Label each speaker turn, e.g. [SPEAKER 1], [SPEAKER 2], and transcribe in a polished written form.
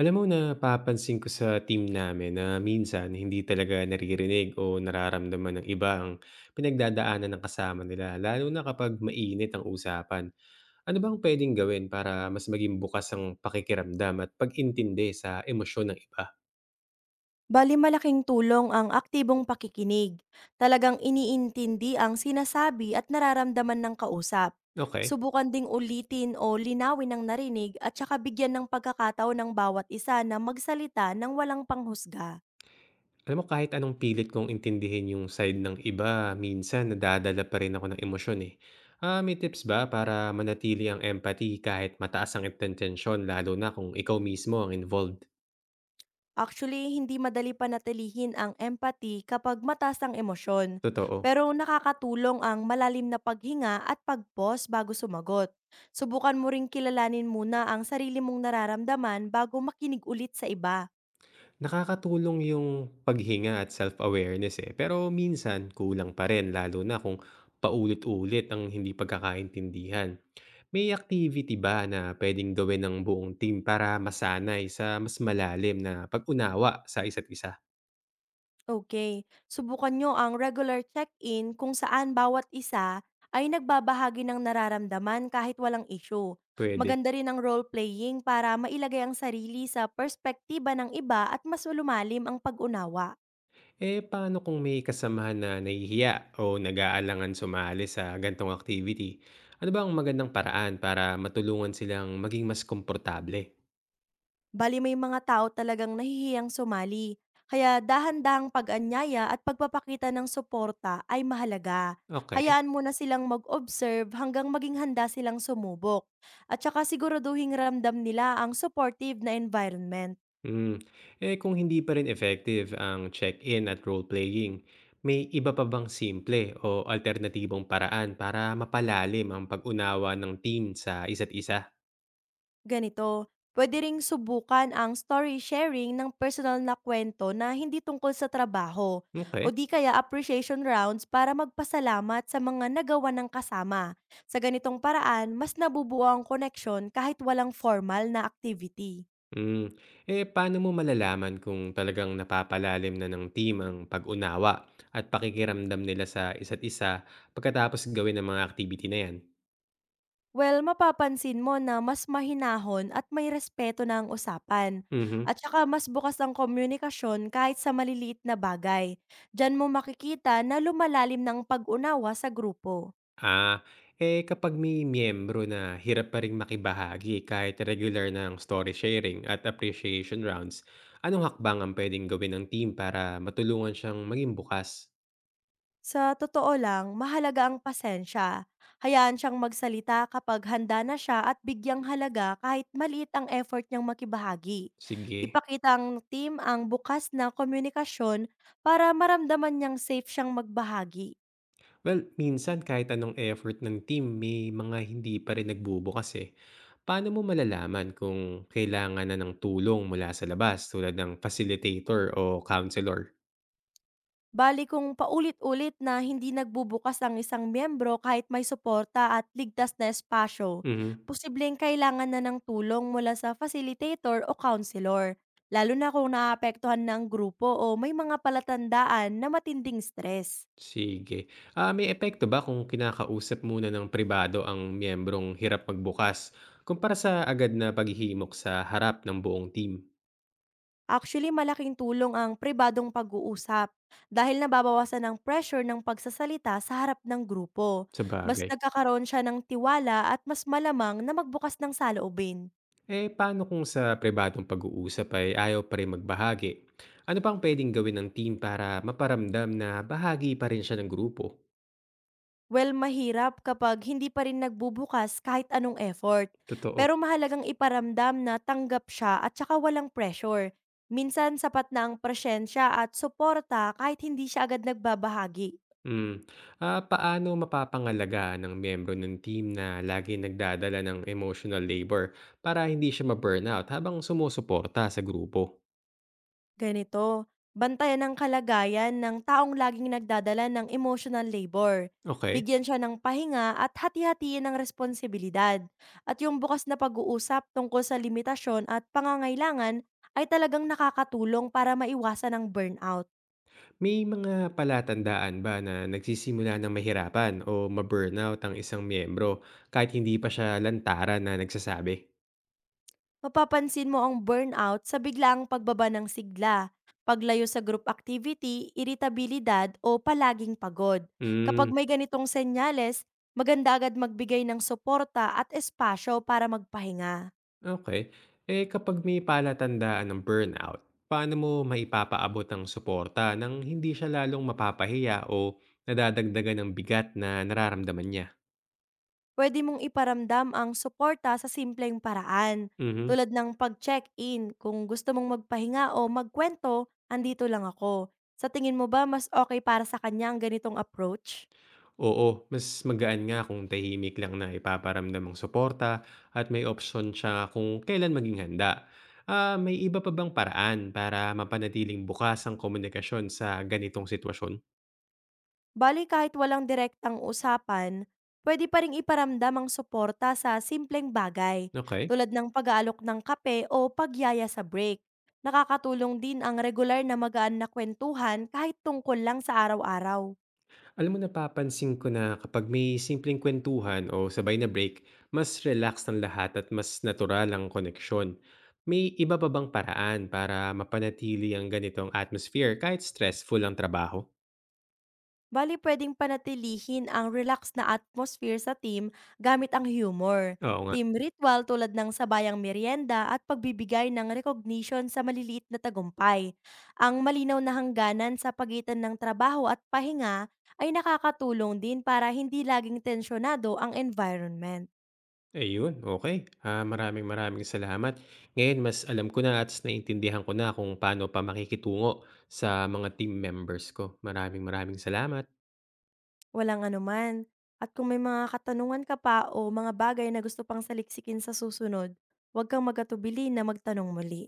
[SPEAKER 1] Alam mo, napapansin ko sa team namin na minsan hindi talaga naririnig o nararamdaman ng iba ang pinagdadaanan ng kasama nila, lalo na kapag mainit ang usapan. Ano bang pwedeng gawin para mas maging bukas ang pakikiramdam at pag-intindi sa emosyon ng iba?
[SPEAKER 2] Bali malaking tulong ang aktibong pakikinig. Talagang iniintindi ang sinasabi at nararamdaman ng kausap.
[SPEAKER 1] Okay.
[SPEAKER 2] Subukan ding ulitin o linawin ang narinig at saka bigyan ng pagkakatao ng bawat isa na magsalita ng walang panghusga.
[SPEAKER 1] Alam mo, kahit anong pilit kong intindihin yung side ng iba, minsan nadadala pa rin ako ng emosyon eh. May tips ba para manatili ang empathy kahit mataas ang intention, lalo na kung ikaw mismo ang involved?
[SPEAKER 2] Actually, hindi madali panatilihin ang empathy kapag mataas ang emosyon.
[SPEAKER 1] Totoo.
[SPEAKER 2] Pero nakakatulong ang malalim na paghinga at pag-pause bago sumagot. Subukan mo ring kilalanin muna ang sarili mong nararamdaman bago makinig ulit sa iba.
[SPEAKER 1] Nakakatulong yung paghinga at self-awareness eh, pero minsan kulang pa rin lalo na kung paulit-ulit ang hindi pagkakaintindihan. May activity ba na pwedeng gawin ng buong team para masanay sa mas malalim na pag-unawa sa isa't isa?
[SPEAKER 2] Okay, subukan nyo ang regular check-in kung saan bawat isa ay nagbabahagi ng nararamdaman kahit walang issue.
[SPEAKER 1] Pwede.
[SPEAKER 2] Maganda rin ang role-playing para mailagay ang sarili sa perspektiba ng iba at mas lumalim ang pag-unawa.
[SPEAKER 1] Eh paano kung may kasamahan na nahihiya o nag-aalangan sumali sa gantong activity? Ano ba ang magandang paraan para matulungan silang maging mas komportable?
[SPEAKER 2] Bali may mga tao talagang nahihiyang sumali, kaya dahan-dahang pag-anyaya at pagpapakita ng suporta ay mahalaga.
[SPEAKER 1] Okay.
[SPEAKER 2] Hayaan mo na silang mag-observe hanggang maging handa silang sumubok. At saka siguraduhin ramdam nila ang supportive na environment.
[SPEAKER 1] Hmm, kung hindi pa rin effective ang check-in at role-playing, may iba pa bang simple o alternatibong paraan para mapalalim ang pag-unawa ng team sa isa't isa?
[SPEAKER 2] Ganito, pwede ring subukan ang story sharing ng personal na kwento na hindi tungkol sa trabaho o
[SPEAKER 1] Okay?
[SPEAKER 2] di kaya appreciation rounds para magpasalamat sa mga nagawa ng kasama. Sa ganitong paraan, mas nabubuo ang koneksyon kahit walang formal na activity.
[SPEAKER 1] Hmm, Paano mo malalaman kung talagang napapalalim na ng team ang pag-unawa at pakikiramdam nila sa isa't isa pagkatapos gawin ang mga activity na 'yan?
[SPEAKER 2] Well, mapapansin mo na mas mahinahon at may respeto na ang usapan.
[SPEAKER 1] Mhm.
[SPEAKER 2] At saka mas bukas ang komunikasyon kahit sa maliliit na bagay. Diyan mo makikita na lumalalim ng pag-unawa sa grupo.
[SPEAKER 1] Ah, Kapag may miyembro na hirap pa ring makibahagi kahit regular ng story sharing at appreciation rounds, anong hakbang ang pwedeng gawin ng team para matulungan siyang maging bukas?
[SPEAKER 2] Sa totoo lang, mahalaga ang pasensya. Hayaan siyang magsalita kapag handa na siya at bigyang halaga kahit maliit ang effort niyang makibahagi.
[SPEAKER 1] Sige.
[SPEAKER 2] Ipakita ang team ang bukas na komunikasyon para maramdaman niyang safe siyang magbahagi.
[SPEAKER 1] Well, minsan kahit anong effort ng team, may mga hindi pa rin nagbubukas eh. Paano mo malalaman kung kailangan na ng tulong mula sa labas tulad ng facilitator o counselor?
[SPEAKER 2] Bale kung paulit-ulit na hindi nagbubukas ang isang miyembro kahit may suporta at ligtas na espasyo,
[SPEAKER 1] Mhm.
[SPEAKER 2] posibleng kailangan na ng tulong mula sa facilitator o counselor, lalo na kung naapektuhan ng grupo o may mga palatandaan na matinding stress.
[SPEAKER 1] Sige. May epekto ba kung kinakausap muna ng pribado ang miyembrong hirap magbukas kumpara sa agad na paghihimok sa harap ng buong team?
[SPEAKER 2] Actually, malaking tulong ang pribadong pag-uusap dahil nababawasan ang pressure ng pagsasalita sa harap ng grupo.
[SPEAKER 1] Sa
[SPEAKER 2] Mas
[SPEAKER 1] bagay?
[SPEAKER 2] nagkakaroon siya ng tiwala at mas malamang na magbukas ng saloobin.
[SPEAKER 1] Paano kung sa pribadong pag-uusap ay ayaw pa rin magbahagi? Ano pang pwedeng gawin ng team para maparamdam na bahagi pa rin siya ng grupo?
[SPEAKER 2] Well, mahirap kapag hindi pa rin nagbubukas kahit anong effort.
[SPEAKER 1] Totoo.
[SPEAKER 2] Pero mahalagang iparamdam na tanggap siya at saka walang pressure. Minsan sapat na ang presensya at suporta kahit hindi siya agad nagbabahagi.
[SPEAKER 1] Mm. Paano mapapangalagaan ng miyembro ng team na lagi nagdadala ng emotional labor para hindi siya ma-burnout habang sumusuporta sa grupo?
[SPEAKER 2] Ganito, bantayan ang kalagayan ng taong laging nagdadala ng emotional labor.
[SPEAKER 1] Okay.
[SPEAKER 2] Bigyan siya ng pahinga at hati-hatiin ng responsibilidad. At yung bukas na pag-uusap tungkol sa limitasyon at pangangailangan ay talagang nakakatulong para maiwasan ang burnout.
[SPEAKER 1] May mga palatandaan ba na nagsisimula ng mahirapan o ma-burnout ang isang miyembro kahit hindi pa siya lantaran na nagsasabi?
[SPEAKER 2] Mapapansin mo ang burnout sa biglaang pagbaba ng sigla, paglayo sa group activity, iritabilidad o palaging pagod. Kapag
[SPEAKER 1] Hmm,
[SPEAKER 2] may ganitong senyales, maganda agad magbigay ng suporta at espasyo para magpahinga.
[SPEAKER 1] okey. Kapag may palatandaan ng burnout, paano mo maipapaabot ang suporta nang hindi siya lalong mapapahiya o nadadagdagan ng bigat na nararamdaman niya?
[SPEAKER 2] Pwede mong iparamdam ang suporta sa simpleng paraan,
[SPEAKER 1] Mhm.
[SPEAKER 2] tulad ng pag-check-in kung gusto mong magpahinga o magkwento, andito lang ako. Sa tingin mo ba mas okay para sa kanya ang ganitong approach?
[SPEAKER 1] Oo, mas magaan nga kung tahimik lang na ipaparamdam ang suporta at may opsyon siya kung kailan maging handa. May iba pa bang paraan para mapanatiling bukas ang komunikasyon sa ganitong sitwasyon?
[SPEAKER 2] Bale kahit walang direktang usapan, pwede pa ring iparamdam ang suporta sa simpleng bagay,
[SPEAKER 1] Okay.
[SPEAKER 2] tulad ng pag-aalok ng kape o pagyaya sa break. Nakakatulong din ang regular na magaan na kwentuhan kahit tungkol lang sa araw-araw.
[SPEAKER 1] Alam mo, napapansin ko na kapag may simpleng kwentuhan o sabay na break, mas relax ng lahat at mas natural ang koneksyon. May iba pa bang paraan para mapanatili ang ganitong atmosphere kahit stressful ang trabaho?
[SPEAKER 2] Bale puwedeng panatilihin ang relax na atmosphere sa team gamit ang humor,
[SPEAKER 1] Oo nga.
[SPEAKER 2] team ritual tulad ng sabayang merienda at pagbibigay ng recognition sa maliliit na tagumpay. Ang malinaw na hangganan sa pagitan ng trabaho at pahinga ay nakakatulong din para hindi laging tensyonado ang environment.
[SPEAKER 1] Ayun, okay. Maraming maraming salamat. Ngayon mas alam ko na at mas naintindihan ko na kung paano pa makikitungo sa mga team members ko. Maraming maraming salamat.
[SPEAKER 2] Walang anuman. At kung may mga katanungan ka pa o mga bagay na gusto pang saliksikin sa susunod, huwag kang magatubili na magtanong muli.